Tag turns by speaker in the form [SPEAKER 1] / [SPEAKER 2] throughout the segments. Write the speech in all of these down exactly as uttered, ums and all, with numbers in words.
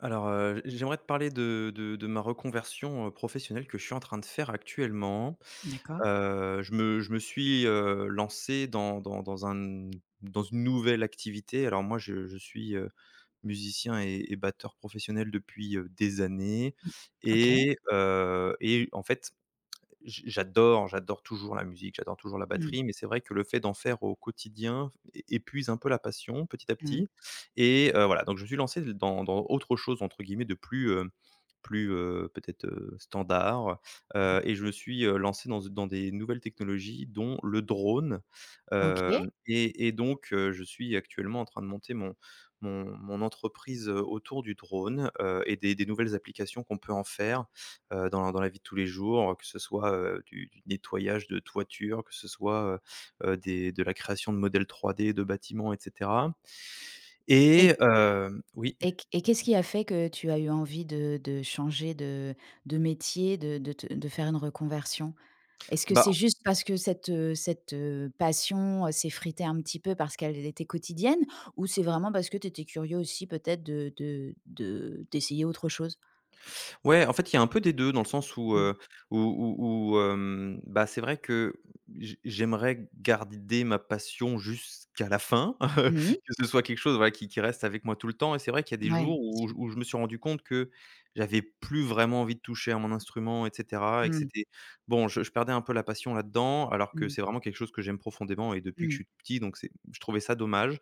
[SPEAKER 1] Alors, heu, j'aimerais te parler de de de ma reconversion, heu, professionnelle, que je suis en train de faire actuellement.
[SPEAKER 2] D'accord.
[SPEAKER 1] Heu, je me je me suis, heu, lancé dans dans dans un dans une nouvelle activité. Alors moi, je je suis, heu, musicien et et batteur professionnel depuis, heu, des années
[SPEAKER 2] OK.
[SPEAKER 1] et heu et en fait, j j'adore j'adore toujours la musique, j'adore toujours la
[SPEAKER 2] Mmh,
[SPEAKER 1] batterie, mais c'est vrai que le fait d'en faire au quotidien é épuise un peu la passion petit à
[SPEAKER 2] mmh.
[SPEAKER 1] petit. et heu, voilà, donc je me suis lancé dans dans autre chose, entre guillemets, de plus, heu, plus, heu, peut-être, heu, standard. heu et je me suis, heu, lancé dans dans des nouvelles technologies, dont le drone.
[SPEAKER 2] OK
[SPEAKER 1] Hem et et donc heu, je suis actuellement en train de monter mon mon mon entreprise, heu, autour du drone, heu et des des nouvelles applications qu'on peut en faire heu, dans dans la vie de tous les jours. Que ce soit, heu, du du nettoyage de toiture, que ce soit, heu heu, des de la création de modèles trois D de bâtiments, et cetera.
[SPEAKER 2] et
[SPEAKER 1] Et hem Oui?
[SPEAKER 2] et et qu'est-ce qui a fait que tu as eu envie de de changer de de métier, de de te de faire une reconversion? Est-ce que c'est
[SPEAKER 1] Bah,
[SPEAKER 2] juste parce que cette, heu, cette, heu, passion, heu, s'effritait un petit peu parce qu'elle était quotidienne? Ou c'est vraiment parce que tu étais curieux aussi peut-être de de de d'essayer autre chose?
[SPEAKER 1] ouais, en fait, il y a un peu des deux, dans le sens où,
[SPEAKER 2] Mmh.
[SPEAKER 1] heu, où où où, hem, bah, c'est vrai que j'ai j'aimerais garder ma passion jusqu'à la fin,
[SPEAKER 2] Mmh mh.
[SPEAKER 1] que ce soit quelque chose, voilà, qui qui reste avec moi tout le temps. Et c'est vrai qu'il y a des
[SPEAKER 2] Ouais, bien
[SPEAKER 1] jours où je
[SPEAKER 2] sûr.
[SPEAKER 1] où je me suis rendu compte que j'avais plus vraiment envie de toucher à mon instrument, et cetera, et que
[SPEAKER 2] Mmh.
[SPEAKER 1] c'était bon, je je perdais un peu la passion là-dedans, alors que
[SPEAKER 2] Mmh.
[SPEAKER 1] c'est vraiment quelque chose que j'aime profondément et depuis que je
[SPEAKER 2] Mmh.
[SPEAKER 1] suis tout petit. Donc c'est je trouvais ça dommage.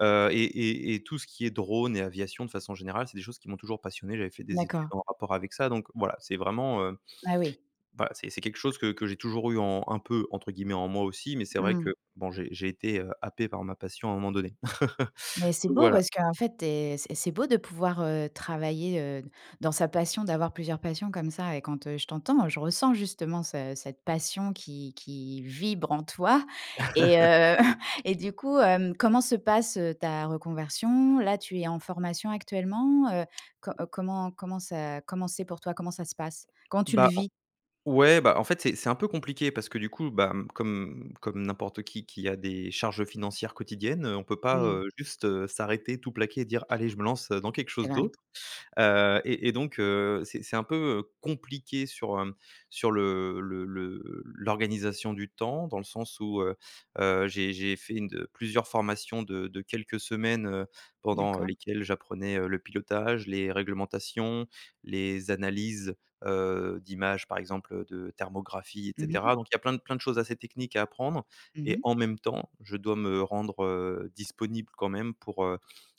[SPEAKER 1] Heu et et et tout ce qui est drone et aviation de façon générale, c'est des choses qui m'ont toujours passionné. J'avais fait des études
[SPEAKER 2] D'accord.
[SPEAKER 1] en rapport avec ça, donc voilà, c'est vraiment, heu,
[SPEAKER 2] Ah oui.
[SPEAKER 1] voilà, c'est c'est quelque chose que que j'ai toujours eu en un peu, entre guillemets, «en moi» aussi. Mais c'est vrai
[SPEAKER 2] Mmh.
[SPEAKER 1] que, bon, j'ai j'ai été, heu, happé par ma passion à un moment donné.
[SPEAKER 2] Mais c'est
[SPEAKER 1] Donc
[SPEAKER 2] beau
[SPEAKER 1] voilà.
[SPEAKER 2] parce qu'en fait, tu c'est c'est beau de pouvoir, heu, travailler, heu, dans sa passion, d'avoir plusieurs passions comme ça. Et quand, heu, je t'entends, je ressens justement ce cette passion qui qui vibre en toi. Et heu et du coup, hem, comment se passe, heu, ta reconversion? Là, tu es en formation actuellement, heu, co euh, comment comment ça comment c'est pour toi? Comment ça se passe? Comment tu le
[SPEAKER 1] Bah,
[SPEAKER 2] vis?
[SPEAKER 1] ouais, bah, en fait, c'est c'est un peu compliqué, parce que du coup, bah, mmh, comme comme n'importe qui qui a des charges financières quotidiennes, heu, on peut pas,
[SPEAKER 2] Mmh,
[SPEAKER 1] heu, juste, heu, s'arrêter, tout plaquer et dire: «Allez, je me lance, heu, dans quelque
[SPEAKER 2] c'est
[SPEAKER 1] chose
[SPEAKER 2] vrai.
[SPEAKER 1] d'autre». Heu et et donc heu, c'est c'est un peu, heu, compliqué sur, hem, sur le le le l'organisation du temps, dans le sens où, heu heu, j'ai j'ai fait une de plusieurs formations de de quelques semaines, heu, pendant
[SPEAKER 2] D'accord.
[SPEAKER 1] lesquelles j'apprenais, heu, le pilotage, les réglementations, les analyses, heu, d'images, par exemple, de thermographie, et
[SPEAKER 2] Mmh mh.
[SPEAKER 1] cetera. Donc il y a plein de plein de choses assez techniques à apprendre.
[SPEAKER 2] Mmh
[SPEAKER 1] Et
[SPEAKER 2] mh.
[SPEAKER 1] en même temps, je dois me rendre, heu, disponible quand même pour,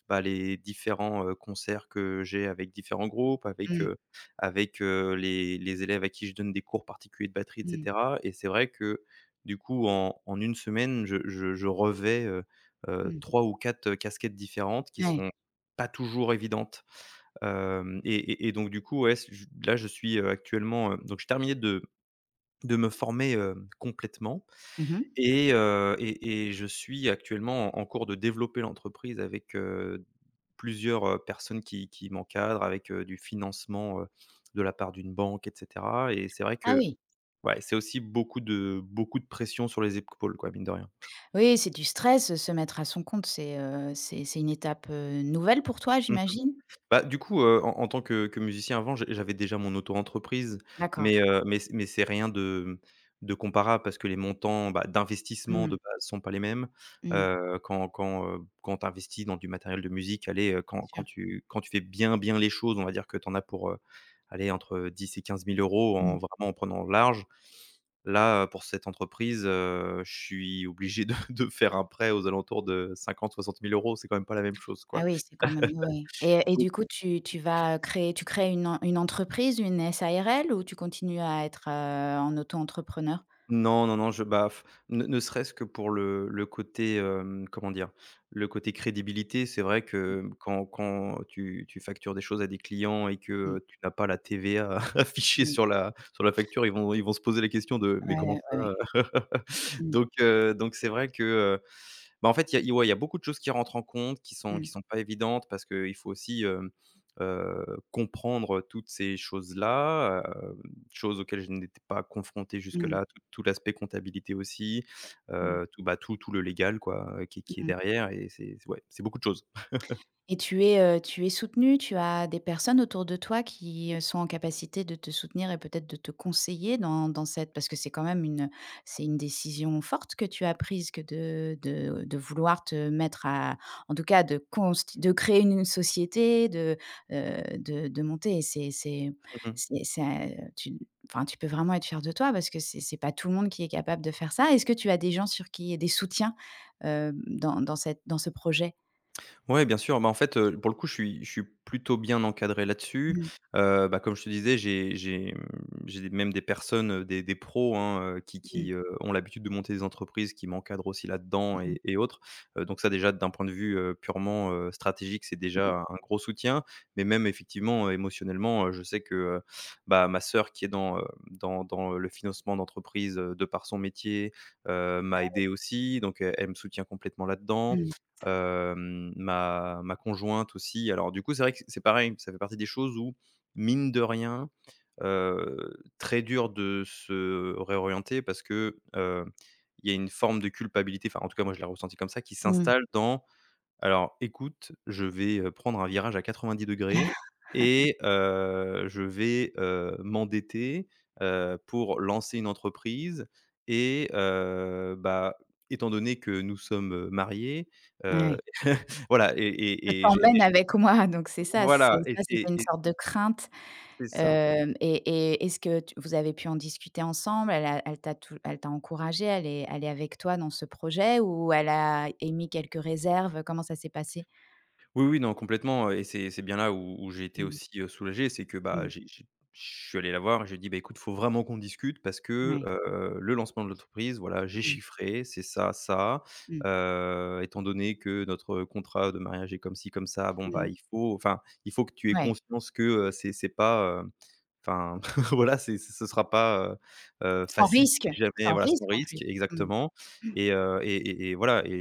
[SPEAKER 1] bah, les différents, heu, concerts que j'ai avec différents groupes, avec,
[SPEAKER 2] Mmh.
[SPEAKER 1] heu, avec, heu, les les élèves à qui je donne des cours particuliers de batterie, et
[SPEAKER 2] Mmh.
[SPEAKER 1] cetera. Et c'est vrai que, du coup, en en une semaine, je je je revêts, heu heu,
[SPEAKER 2] Mmh.
[SPEAKER 1] trois ou quatre, heu, casquettes différentes qui
[SPEAKER 2] Ouais.
[SPEAKER 1] sont pas toujours évidentes. Hem et et et donc du coup, ouais, c je là, je suis, heu, actuellement, heu donc j'ai terminé de de me former, heu, complètement.
[SPEAKER 2] Mmh.
[SPEAKER 1] et heu et et je suis actuellement en en cours de développer l'entreprise avec, heu, plusieurs, heu, personnes qui qui m'encadrent, avec, heu, du financement, heu, de la part d'une banque, et cetera. Et c'est vrai
[SPEAKER 2] Ah
[SPEAKER 1] que,
[SPEAKER 2] oui.
[SPEAKER 1] ouais, c'est aussi beaucoup de beaucoup de pression sur les épaules, quoi, mine de rien.
[SPEAKER 2] Oui, c'est du stress, euh, se mettre à son compte, c'est, heu, c'est c'est une étape, heu, nouvelle pour toi, j'imagine?
[SPEAKER 1] Bah, du coup, heu, en en tant que que musicien avant, j'ai j'avais déjà mon auto-entreprise,
[SPEAKER 2] D'accord.
[SPEAKER 1] mais heu, mais c mais c'est rien de de comparable, parce que les montants, bah, d'investissement de
[SPEAKER 2] Mmh.
[SPEAKER 1] base sont pas les mêmes.
[SPEAKER 2] Mmh.
[SPEAKER 1] Heu, quand quand, tu investis dans du matériel de musique, allez, heu, quand quand
[SPEAKER 2] Sûr.
[SPEAKER 1] tu quand tu fais bien, bien les choses, on va dire que tu en as pour, heu, allez, entre dix et quinze mille euros, en
[SPEAKER 2] Mmh.
[SPEAKER 1] vraiment, en prenant large. Là, heu, pour cette entreprise, heu, je suis obligé de de faire un prêt aux alentours de cinquante-soixante mille euros. C'est quand même pas la même chose,
[SPEAKER 2] Ah
[SPEAKER 1] quoi.
[SPEAKER 2] oui, c'est quand même, ouais. Et et du coup, tu tu vas, créer tu crées une en une entreprise, une SARL, ou tu continues à être, heu, en auto-entrepreneur?
[SPEAKER 1] Non, non, non, je bah, ne ne serait-ce que pour le le côté, hem, comment dire? Le côté crédibilité, c'est vrai
[SPEAKER 2] Mmh.
[SPEAKER 1] que quand quand tu tu factures des choses à des clients et que,
[SPEAKER 2] Mmh.
[SPEAKER 1] heu, tu n'as pas la T V A affichée
[SPEAKER 2] Mmh.
[SPEAKER 1] sur la sur la facture, ils vont ils vont se poser la question de: «Mais
[SPEAKER 2] Ouais,
[SPEAKER 1] comment
[SPEAKER 2] ouais, ouais.
[SPEAKER 1] ça?»
[SPEAKER 2] Mmh.
[SPEAKER 1] Donc heu, donc c'est vrai que, bah, en fait, il y a ouais, il y a beaucoup de choses qui rentrent en compte, qui sont qui
[SPEAKER 2] Mmh.
[SPEAKER 1] sont pas évidentes, parce qu'il faut aussi, hem, heu, comprendre toutes ces choses-là, heu, choses auxquelles je n'étais pas confronté
[SPEAKER 2] Mmh.
[SPEAKER 1] jusque-là, tout tout l'aspect comptabilité aussi,
[SPEAKER 2] Mmh.
[SPEAKER 1] heu, tout, bah, tout tout le légal, quoi, heu, qui qui est
[SPEAKER 2] Mmh.
[SPEAKER 1] derrière. Et c'est ouais, c'est beaucoup de choses.
[SPEAKER 2] Et tu es, heu, tu es soutenue, tu as des personnes autour de toi qui, heu, sont en capacité de te soutenir et peut-être de te conseiller dans dans cette, parce que c'est quand même une, c'est une décision forte que tu as prise que de de de vouloir te mettre à, en tout cas de const de créer une une société, de, heu, de de monter. Et c'est c'est c'est c'est, heu, tu enfin, tu peux vraiment être fier de toi parce que c'est c'est pas tout le monde qui est capable de faire ça. Est-ce que tu as des gens sur qui, des soutiens, heu, dans dans cette dans ce projet?
[SPEAKER 1] Ouais, bien sûr. Bah, en fait, heu, pour le coup, je suis je suis plutôt bien encadré là-dessus.
[SPEAKER 2] Mmh.
[SPEAKER 1] Heu, bah, comme je te disais, j'ai j'ai, mmh, j'ai des même des personnes, heu, des des pros, hein, heu, qui
[SPEAKER 2] Mmh.
[SPEAKER 1] qui, heu, ont l'habitude de monter des entreprises, qui m'encadrent aussi là-dedans,
[SPEAKER 2] Mmh.
[SPEAKER 1] et et autres. Heu, donc ça, déjà, d'un point de vue, heu, purement, heu, stratégique, c'est
[SPEAKER 2] Mmh.
[SPEAKER 1] déjà un gros soutien. Mais même, effectivement, heu, émotionnellement, heu, je sais que, heu, bah, ma sœur, qui est dans, heu, dans dans le financement d'entreprise, heu, de par son métier, heu, m'a aidé aussi. Donc elle elle me soutient complètement là-dedans.
[SPEAKER 2] Mmh.
[SPEAKER 1] Hem, ma ma conjointe aussi. Alors du coup, c'est vrai que c'est pareil, ça fait partie des choses où, mine de rien, heu, très dur de se réorienter, parce que, heu, il y a une forme de culpabilité, enfin, en tout cas moi je l'ai ressenti comme ça, qui
[SPEAKER 2] Mmh.
[SPEAKER 1] s'installe dans. Alors écoute, je vais, heu, prendre un virage à quatre-vingt-dix degrés et, heu, je vais, heu, m'endetter, heu, pour lancer une entreprise. et heu, bah, étant donné que nous sommes mariés, heu,
[SPEAKER 2] Ouais.
[SPEAKER 1] voilà. et
[SPEAKER 2] Je
[SPEAKER 1] et et j'ai
[SPEAKER 2] t'emmène
[SPEAKER 1] j'ai,
[SPEAKER 2] avec moi, donc c'est ça, c'est
[SPEAKER 1] voilà. et
[SPEAKER 2] ça,
[SPEAKER 1] et
[SPEAKER 2] c'était une
[SPEAKER 1] et
[SPEAKER 2] sorte de crainte.
[SPEAKER 1] c'est ça.
[SPEAKER 2] Hem et et est-ce que tu vous avez pu en discuter ensemble? Elle a elle t'a tou elle t'a encouragée, elle est elle est avec toi dans ce projet, ou elle a émis quelques réserves? Comment ça s'est passé?
[SPEAKER 1] Oui, oui, non, complètement. Et c'est c'est bien là où où j'ai été
[SPEAKER 2] Mmh.
[SPEAKER 1] aussi, heu, soulagé. C'est que, bah,
[SPEAKER 2] Mmh.
[SPEAKER 1] j'ai j'ai je suis allé la voir et je dit: «Bah, écoute, faut vraiment qu'on discute, parce que,
[SPEAKER 2] Ouais.
[SPEAKER 1] heu, le lancement de l'entreprise, voilà, j'ai
[SPEAKER 2] Mmh.
[SPEAKER 1] chiffré, c'est ça, ça,
[SPEAKER 2] Mmh.
[SPEAKER 1] heu, étant donné que notre contrat de mariage est comme ci, comme ça, bon, bah,
[SPEAKER 2] Mmh.
[SPEAKER 1] il faut enfin, il faut que tu aies
[SPEAKER 2] Ouais.
[SPEAKER 1] conscience que, heu, c'est c'est pas, enfin, voilà, c'est ce sera pas, heu heu,
[SPEAKER 2] Sans
[SPEAKER 1] facile, si
[SPEAKER 2] risque,
[SPEAKER 1] jamais,
[SPEAKER 2] sans
[SPEAKER 1] voilà, sans
[SPEAKER 2] risque en plus.
[SPEAKER 1] risque».
[SPEAKER 2] Mmh.
[SPEAKER 1] Exactement. et heu et et et voilà. et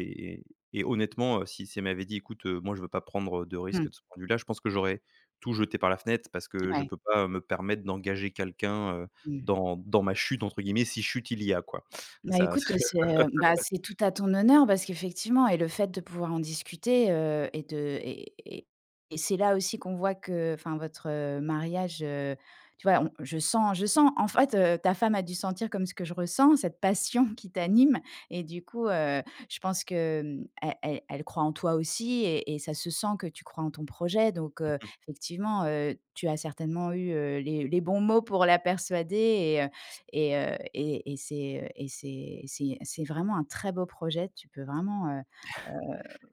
[SPEAKER 1] et et honnêtement, heu, si si elle m'avait dit: «Écoute, heu, moi je veux pas prendre de risque
[SPEAKER 2] Mmh.
[SPEAKER 1] de ce point de vue-là», je pense que j'aurais tout jeté par la fenêtre, parce que je
[SPEAKER 2] Ouais.
[SPEAKER 1] peux pas me permettre d'engager quelqu'un, heu,
[SPEAKER 2] Mmh.
[SPEAKER 1] dans dans ma «chute», entre guillemets, si chute il y a, quoi.
[SPEAKER 2] Bah,
[SPEAKER 1] Ça.
[SPEAKER 2] écoute, c'est, heu, bah, c'est tout à ton honneur, parce qu'effectivement, et le fait de pouvoir en discuter, heu et de, et et et c'est là aussi qu'on voit que, enfin, votre, heu, mariage, heu, tu vois? On je sens je sens en fait, heu, ta femme a dû sentir comme ce que je ressens, cette passion qui t'anime. Et du coup, heu, je pense que, mmh, elle elle elle croit en toi aussi, et et ça se sent que tu crois en ton projet. Donc, heu, effectivement, heu, tu as certainement eu, heu, les les bons mots pour la persuader, et euh, et heu et et c'est, et c'est c'est c'est vraiment un très beau projet. Tu peux vraiment, heu,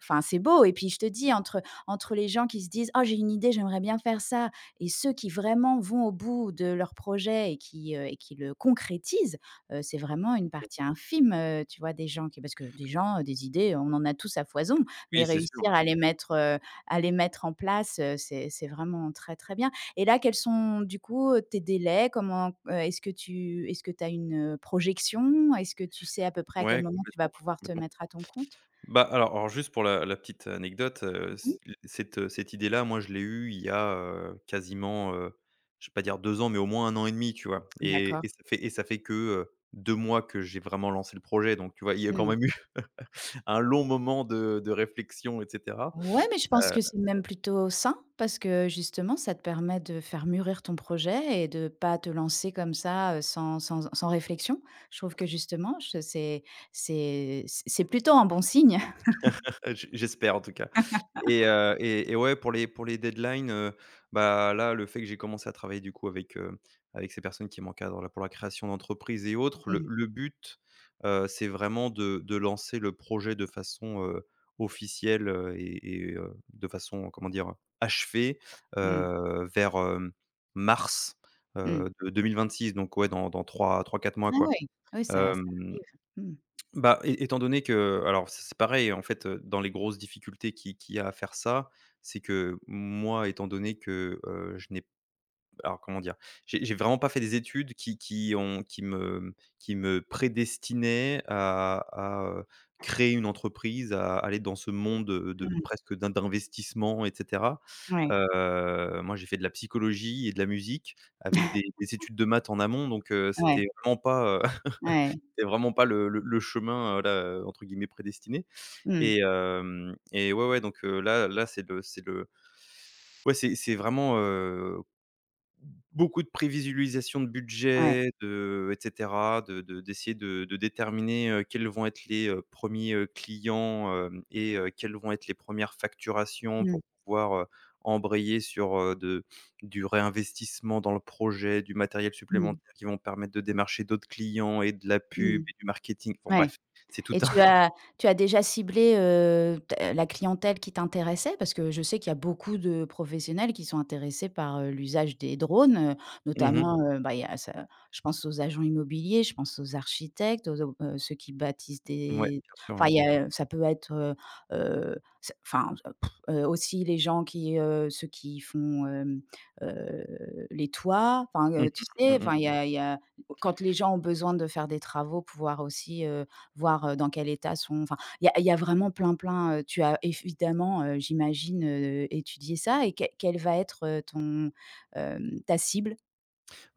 [SPEAKER 2] enfin, c'est beau. Et puis je te dis, entre entre les gens qui se disent: «Oh, j'ai une idée, j'aimerais bien faire ça», et ceux qui vraiment vont au bout de leur projet et qui, heu, et qui le concrétisent, heu, c'est vraiment une partie infime, heu, tu vois, des gens qui, parce que des gens, heu, des idées, on en a tous à foison,
[SPEAKER 1] Oui,
[SPEAKER 2] mais
[SPEAKER 1] c'est sûr,
[SPEAKER 2] réussir à les mettre, heu, à les mettre en place, heu, c'est c'est vraiment très, très bien. Et là, quels sont, du coup, heu, tes délais? Comment, heu, est-ce que tu est-ce que tu as une, heu, projection? Est-ce que tu sais à peu près
[SPEAKER 1] ouais.
[SPEAKER 2] à quel
[SPEAKER 1] Ouais,
[SPEAKER 2] moment tu vas pouvoir te
[SPEAKER 1] complètement.
[SPEAKER 2] mettre à ton compte?
[SPEAKER 1] Bah, alors, alors juste pour la la petite anecdote, heu, c
[SPEAKER 2] Mmh.
[SPEAKER 1] cette, heu, cette idée-là, moi, je l'ai eue il y a, heu, quasiment, heu, je vais pas dire deux ans, mais au moins un an et demi, tu vois? Et
[SPEAKER 2] D'accord.
[SPEAKER 1] et ça fait et ça fait que, heu, deux mois que j'ai vraiment lancé le projet. Donc tu vois, il y a quand
[SPEAKER 2] Mmh.
[SPEAKER 1] même eu un long moment de de réflexion, et cetera.
[SPEAKER 2] Ouais, mais je pense que c'est même plutôt sain, parce que justement, ça te permet de faire mûrir ton projet et de pas te lancer comme ça, heu, sans sans sans réflexion. Je trouve que justement, je c'est c'est c'est plutôt un bon signe.
[SPEAKER 1] Heu, j j'espère, en tout cas. et heu et et ouais, pour les pour les deadlines, heu, bah, là, le fait que j'ai commencé à travailler du coup avec, heu, avec ces personnes qui m'encadrent là pour la création d'entreprise et autres, le
[SPEAKER 2] Mmh.
[SPEAKER 1] le but, heu, c'est vraiment de de lancer le projet de façon, heu, officielle, heu et et heu, de façon, comment dire? Achevée,
[SPEAKER 2] Mmh.
[SPEAKER 1] heu, vers, hem, mars,
[SPEAKER 2] Mmh.
[SPEAKER 1] heu, de six. Donc ouais, dans dans trois, 3, quatre mois,
[SPEAKER 2] Ah
[SPEAKER 1] quoi.
[SPEAKER 2] ouais. Oui, ça ça
[SPEAKER 1] Hem
[SPEAKER 2] arrive. Mmh.
[SPEAKER 1] bah, é étant donné que, alors c'est c'est pareil, en fait, heu, dans les grosses difficultés qui qu'il y a à faire ça, c'est que moi, étant donné que, heu, je n'ai alors, comment dire? J'ai j'ai vraiment pas fait des études qui qui ont qui me qui me prédestinaient à à, heu, créer une entreprise, à aller dans ce monde, heu, de
[SPEAKER 2] Mmh.
[SPEAKER 1] presque d'in d'investissement, et cetera.
[SPEAKER 2] Ouais.
[SPEAKER 1] Heu, moi, j'ai fait de la psychologie et de la musique avec des des études de maths en amont. Donc, heu,
[SPEAKER 2] Ouais.
[SPEAKER 1] c'était vraiment pas,
[SPEAKER 2] Ouais.
[SPEAKER 1] c'était vraiment pas le le le chemin, heu, là, heu, entre guillemets, «prédestiné».
[SPEAKER 2] Mmh.
[SPEAKER 1] Et hem et ouais, ouais, donc heu, là là, c'est le c'est le, ouais, c'est c'est vraiment, beaucoup de prévisualisation de
[SPEAKER 2] Ouais.
[SPEAKER 1] budget, de et cetera, de de d'essayer de de déterminer, heu, quels vont être les, heu, premiers clients, hem et heu, quelles vont être les premières facturations,
[SPEAKER 2] Mmh.
[SPEAKER 1] pour pouvoir, heu, embrayer sur, heu, de du réinvestissement dans le projet, du matériel
[SPEAKER 2] Mmh.
[SPEAKER 1] supplémentaire qui vont permettre de démarcher d'autres clients, et de la pub
[SPEAKER 2] Mmh.
[SPEAKER 1] et du marketing. Bon,
[SPEAKER 2] Ouais.
[SPEAKER 1] bref, c'est tout
[SPEAKER 2] Et
[SPEAKER 1] un.
[SPEAKER 2] tu as tu as déjà ciblé, heu, ta, la clientèle qui t'intéressait? Parce que je sais qu'il y a beaucoup de professionnels qui sont intéressés par, heu, l'usage des drones, heu,
[SPEAKER 1] mmh
[SPEAKER 2] notamment, heu, bah, il y a, ça, je pense aux agents immobiliers, je pense aux architectes, aux au heu, ceux qui bâtissent
[SPEAKER 1] Ouais,
[SPEAKER 2] des,
[SPEAKER 1] bien sûr, ouais.
[SPEAKER 2] enfin, il y a, ça peut être, heu heu, ça, enfin, heu, aussi les gens qui, heu, ceux qui font, hem, heu, les toits, enfin,
[SPEAKER 1] Mmh
[SPEAKER 2] heu, tu
[SPEAKER 1] mh.
[SPEAKER 2] sais,
[SPEAKER 1] Mmh.
[SPEAKER 2] enfin, il y a, il y a quand les gens ont besoin de faire des travaux, pouvoir aussi, heu voir, heu, dans quel état sont, enfin, il y a il y a vraiment plein, plein, heu, tu as évidemment, heu, j'imagine, heu, étudié ça. Et que quelle va être, heu, ton, hem, ta cible?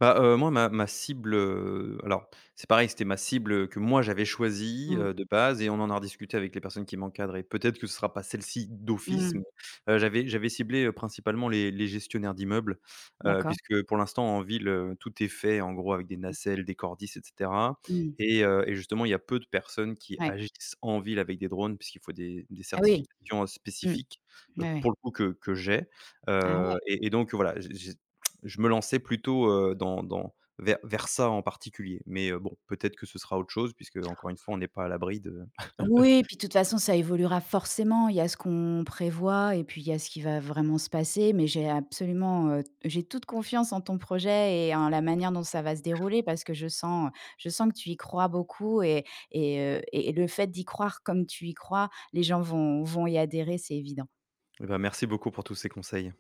[SPEAKER 1] Bah, heu, moi, ma ma cible, heu, alors c'est pareil, c'était ma cible, que moi j'avais choisie,
[SPEAKER 2] Mmh.
[SPEAKER 1] heu, de base, et on en a rediscuté avec les personnes qui m'encadrent. Et peut-être que ce sera pas celle-ci d'office, mais,
[SPEAKER 2] Mmh.
[SPEAKER 1] heu, j'avais j'avais ciblé, heu, principalement les les gestionnaires d'immeubles, heu,
[SPEAKER 2] D'accord.
[SPEAKER 1] puisque pour l'instant en ville, heu, tout est fait en gros avec des nacelles, des cordices, et cetera.
[SPEAKER 2] Mmh.
[SPEAKER 1] et heu et justement, il y a peu de personnes qui
[SPEAKER 2] Ouais.
[SPEAKER 1] agissent en ville avec des drones, puisqu'il faut des des
[SPEAKER 2] Ah oui.
[SPEAKER 1] certifications, heu,
[SPEAKER 2] Mmh.
[SPEAKER 1] spécifiques, heu,
[SPEAKER 2] Ouais, ouais.
[SPEAKER 1] pour le coup, que que j'ai,
[SPEAKER 2] Ah ouais.
[SPEAKER 1] heu et et donc voilà, je me lançais plutôt, heu, dans dans vers vers ça en particulier. Mais, heu, bon, peut-être que ce sera autre chose, puisque encore une fois, on n'est pas à l'abri de.
[SPEAKER 2] Oui, puis de toute façon, ça évoluera forcément. Il y a ce qu'on prévoit et puis il y a ce qui va vraiment se passer. Mais j'ai absolument, heu, j'ai toute confiance en ton projet et en la manière dont ça va se dérouler, parce que je sens, je sens que tu y crois beaucoup. Et et heu, et le fait d'y croire comme tu y crois, les gens vont vont y adhérer, c'est évident.
[SPEAKER 1] Eh ben, merci beaucoup pour tous ces conseils.